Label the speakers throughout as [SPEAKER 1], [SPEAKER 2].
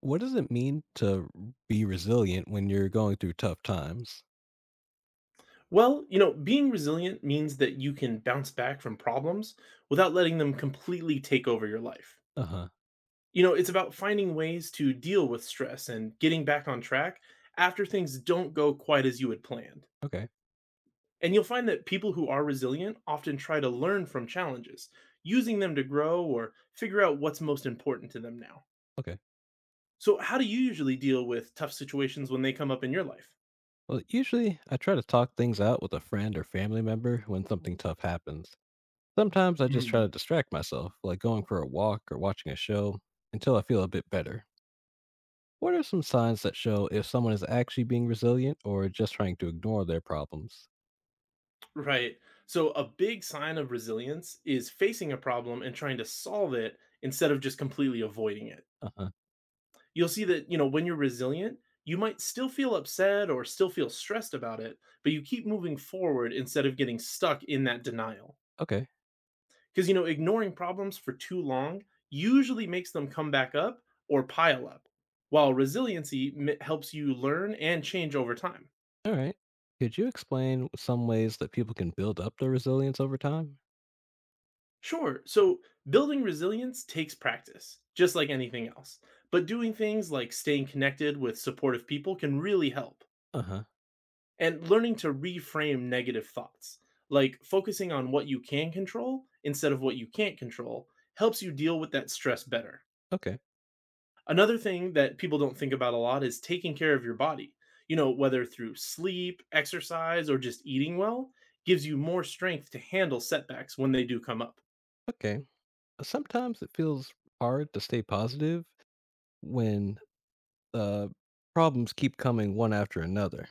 [SPEAKER 1] What does it mean to be resilient when you're going through tough times?
[SPEAKER 2] Well, you know, being resilient means that you can bounce back from problems without letting them completely take over your life.
[SPEAKER 1] Uh-huh.
[SPEAKER 2] You know, it's about finding ways to deal with stress and getting back on track after things don't go quite as you had planned.
[SPEAKER 1] Okay.
[SPEAKER 2] And you'll find that people who are resilient often try to learn from challenges, using them to grow or figure out what's most important to them now.
[SPEAKER 1] Okay.
[SPEAKER 2] So, how do you usually deal with tough situations when they come up in your life?
[SPEAKER 1] Well, usually I try to talk things out with a friend or family member when something tough happens. Sometimes I just try to distract myself, like going for a walk or watching a show, until I feel a bit better. What are some signs that show if someone is actually being resilient or just trying to ignore their problems?
[SPEAKER 2] Right. So a big sign of resilience is facing a problem and trying to solve it instead of just completely avoiding it.
[SPEAKER 1] Uh-huh.
[SPEAKER 2] You'll see that, you know, when you're resilient, you might still feel upset or still feel stressed about it, but you keep moving forward instead of getting stuck in that denial.
[SPEAKER 1] Okay.
[SPEAKER 2] Because, you know, ignoring problems for too long usually makes them come back up or pile up, while helps you learn and change over time.
[SPEAKER 1] All right. Could you explain some ways that people can build up their resilience over time?
[SPEAKER 2] Sure. So building resilience takes practice, just like anything else. But doing things like staying connected with supportive people can really help.
[SPEAKER 1] Uh-huh.
[SPEAKER 2] And learning to reframe negative thoughts, like focusing on what you can control instead of what you can't control, helps you deal with that stress better.
[SPEAKER 1] Okay.
[SPEAKER 2] Another thing that people don't think about a lot is taking care of your body. You know, whether through sleep, exercise, or just eating well, gives you more strength to handle setbacks when they do come up.
[SPEAKER 1] Okay. Sometimes it feels hard to stay positive when uh, problems keep coming one after another.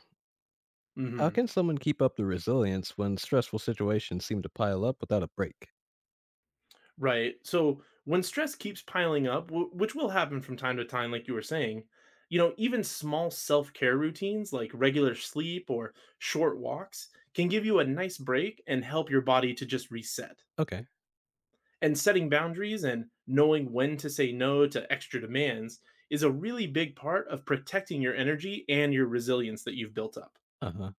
[SPEAKER 1] How
[SPEAKER 2] hmm
[SPEAKER 1] can someone keep up the resilience when stressful situations seem to pile up without a break?
[SPEAKER 2] Right. So when stress keeps piling up, which will happen from time to time, like you were saying, you know, even small self care routines like regular sleep or short walks can give you a nice break and help your body to just reset.
[SPEAKER 1] Okay.
[SPEAKER 2] And setting boundaries and knowing when to say no to extra demands is a really big part of protecting your energy and your resilience that you've built up.
[SPEAKER 1] Uh huh.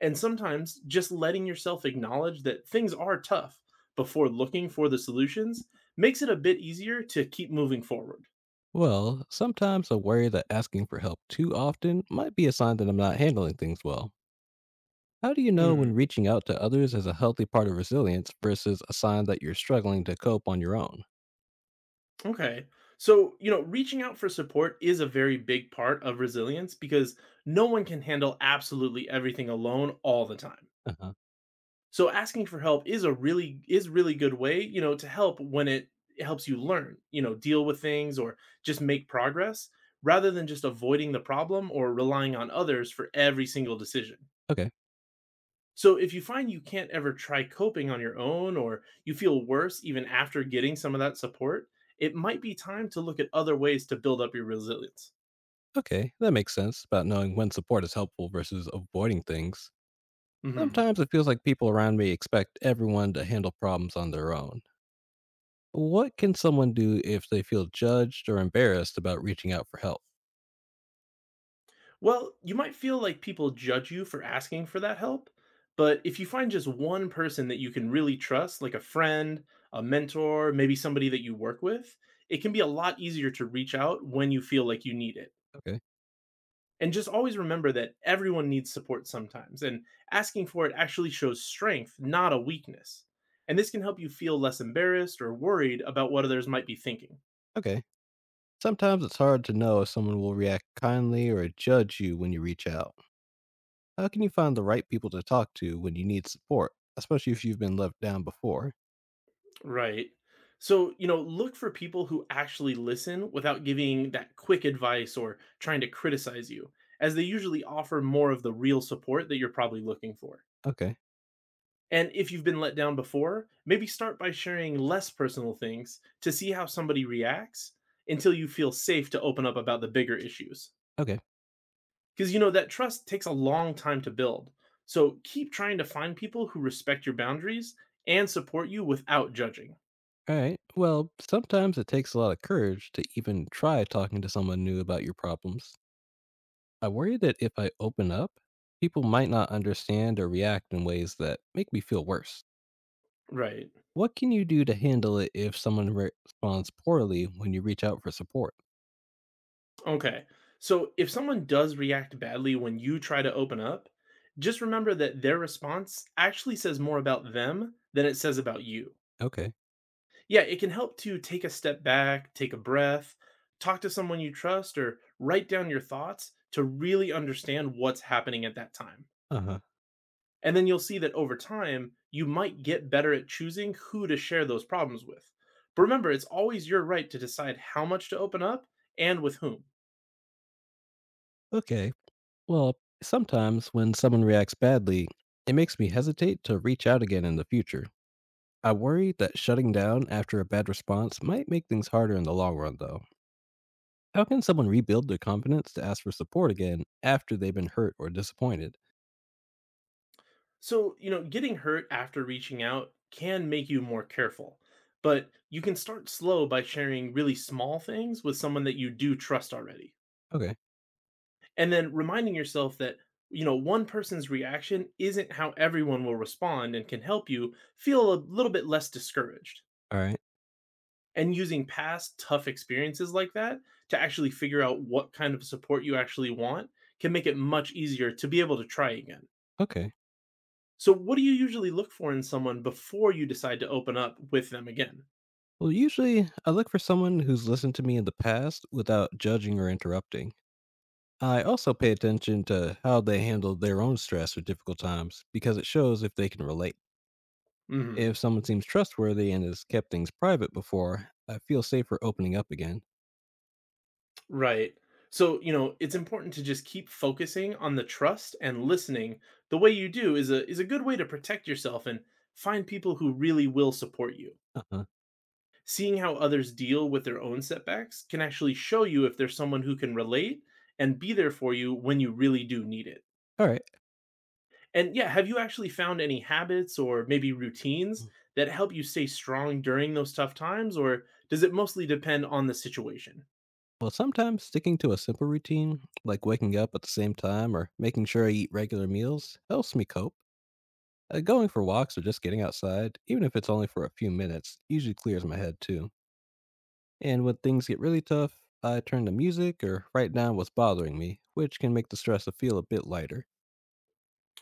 [SPEAKER 2] And sometimes just letting yourself acknowledge that things are tough before looking for the solutions makes it a bit easier to keep moving forward.
[SPEAKER 1] Well, sometimes I worry that asking for help too often might be a sign that I'm not handling things well. How do you know
[SPEAKER 2] Mm,
[SPEAKER 1] when reaching out to others is a healthy part of resilience versus a sign that you're struggling to cope on your own?
[SPEAKER 2] Okay. So, you know, reaching out for support is a very big part of resilience because no one can handle absolutely everything alone all the time.
[SPEAKER 1] Uh-huh.
[SPEAKER 2] So asking for help is really good way, you know, to help when it helps you learn, you know, deal with things or just make progress rather than just avoiding the problem or relying on others for every single decision.
[SPEAKER 1] Okay.
[SPEAKER 2] So if you find you can't ever try coping on your own or you feel worse even after getting some of that support, it might be time to look at other ways to build up your resilience.
[SPEAKER 1] Okay. That makes sense about knowing when support is helpful versus avoiding things.
[SPEAKER 2] Mhm.
[SPEAKER 1] Sometimes it feels like people around me expect everyone to handle problems on their own. What can someone do if they feel judged or embarrassed about reaching out for help?
[SPEAKER 2] Well, you might feel like people judge you for asking for that help, but if you find just one person that you can really trust, like a friend, a mentor, maybe somebody that you work with, it can be a lot easier to reach out when you feel like you need it.
[SPEAKER 1] Okay.
[SPEAKER 2] And just always remember that everyone needs support sometimes, and asking for it actually shows strength, not a weakness. And this can help you feel less embarrassed or worried about what others might be thinking.
[SPEAKER 1] Okay. Sometimes it's hard to know if someone will react kindly or judge you when you reach out. How can you find the right people to talk to when you need support, especially if you've been left down before?
[SPEAKER 2] Right. So, you know, look for people who actually listen without giving that quick advice or trying to criticize you, as they usually offer more of the real support that you're probably looking for.
[SPEAKER 1] Okay.
[SPEAKER 2] And if you've been let down before, maybe start by sharing less personal things to see how somebody reacts until you feel safe to open up about the bigger issues.
[SPEAKER 1] Okay.
[SPEAKER 2] Because, you know, that trust takes a long time to build. So keep trying to find people who respect your boundaries and support you without judging.
[SPEAKER 1] All right. Well, sometimes it takes a lot of courage to even try talking to someone new about your problems. I worry that if I open up, people might not understand or react in ways that make me feel worse.
[SPEAKER 2] Right.
[SPEAKER 1] What can you do to handle it if someone responds poorly when you reach out for support?
[SPEAKER 2] Okay. So if someone does react badly when you try to open up, just remember that their response actually says more about them than it says about you.
[SPEAKER 1] Okay.
[SPEAKER 2] Yeah, it can help to take a step back, take a breath, talk to someone you trust, or write down your thoughts to really understand what's happening at that time.
[SPEAKER 1] Uh huh.
[SPEAKER 2] And then you'll see that over time, you might get better at choosing who to share those problems with. But remember, it's always your right to decide how much to open up and with whom.
[SPEAKER 1] Okay. Well, sometimes when someone reacts badly, it makes me hesitate to reach out again in the future. I worry that shutting down after a bad response might make things harder in the long run, though. How can someone rebuild their confidence to ask for support again after they've been hurt or disappointed?
[SPEAKER 2] So, you know, getting hurt after reaching out can make you more careful, but you can start slow by sharing really small things with someone that you do trust already.
[SPEAKER 1] Okay,
[SPEAKER 2] And then reminding yourself that, you know, one person's reaction isn't how everyone will respond and can help you feel a little bit less discouraged.
[SPEAKER 1] all right,
[SPEAKER 2] And using past tough experiences like that to actually figure out what kind of support you actually want can make it much easier to be able to try again.
[SPEAKER 1] okay.
[SPEAKER 2] So, what do you usually look for in someone before you decide to open up with them again?
[SPEAKER 1] Well, usually I look for someone who's listened to me in the past without judging or interrupting. I also pay attention to how they handle their own stress or difficult times because it shows if they can relate. If
[SPEAKER 2] hmm
[SPEAKER 1] someone seems trustworthy and has kept things private before, I feel safer opening up again.
[SPEAKER 2] Right. So, you know, it's important to just keep focusing on the trust and listening. The way you do is a good way to protect yourself and find people who really will support you.
[SPEAKER 1] Uh-huh.
[SPEAKER 2] Seeing how others deal with their own setbacks can actually show you if there's someone who can relate and be there for you when you really do need it.
[SPEAKER 1] All right.
[SPEAKER 2] And yeah, have you actually found any habits or maybe routines that help you stay strong during those tough times, or does it mostly depend on the situation?
[SPEAKER 1] Well, sometimes sticking to a simple routine, like waking up at the same time or making sure I eat regular meals, helps me cope. Going for walks or just getting outside, even if it's only for a few minutes, usually clears my head too. And when things get really tough, I turn to music or write down what's bothering me, which can make the stress feel a bit lighter.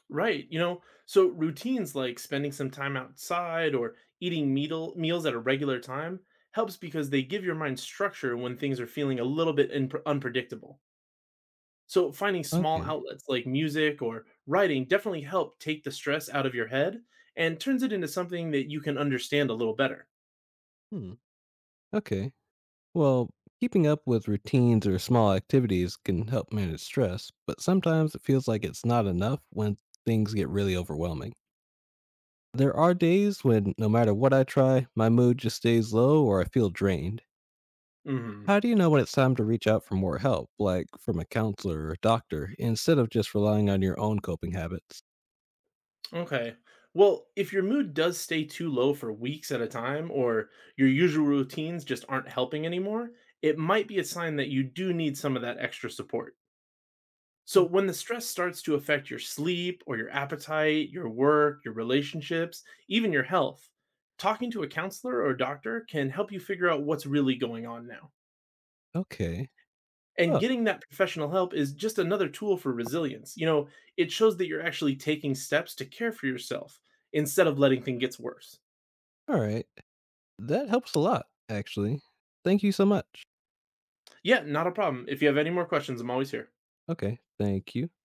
[SPEAKER 2] Right. You know, so routines like spending some time outside or meals at a regular time helps because they give your mind structure when things are feeling a little bit in, unpredictable. So finding small
[SPEAKER 1] Okay.
[SPEAKER 2] outlets like music or writing definitely help take the stress out of your head and turns it into something that you can understand a little better.
[SPEAKER 1] Hmm. Okay. Well, keeping up with routines or small activities can help manage stress, but sometimes it feels like it's not enough when things get really overwhelming. There are days when, no matter what I try, my mood just stays low or I feel drained.
[SPEAKER 2] Mhm.
[SPEAKER 1] How do you know when it's time to reach out for more help, like from a counselor or doctor, instead of just relying on your own coping habits?
[SPEAKER 2] Okay. Well, if your mood does stay too low for weeks at a time, or your usual routines just aren't helping anymore, it might be a sign that you do need some of that extra support. So, when the stress starts to affect your sleep or your appetite, your work, your relationships, even your health, talking to a counselor or doctor can help you figure out what's really going on now.
[SPEAKER 1] Okay.
[SPEAKER 2] And
[SPEAKER 1] Oh,
[SPEAKER 2] getting that professional help is just another tool for resilience. You know, it shows that you're actually taking steps to care for yourself instead of letting things get worse.
[SPEAKER 1] all right. That helps a lot, actually. Thank you so much.
[SPEAKER 2] Yeah, not a problem. If you have any more questions, I'm always here.
[SPEAKER 1] Okay. Thank you.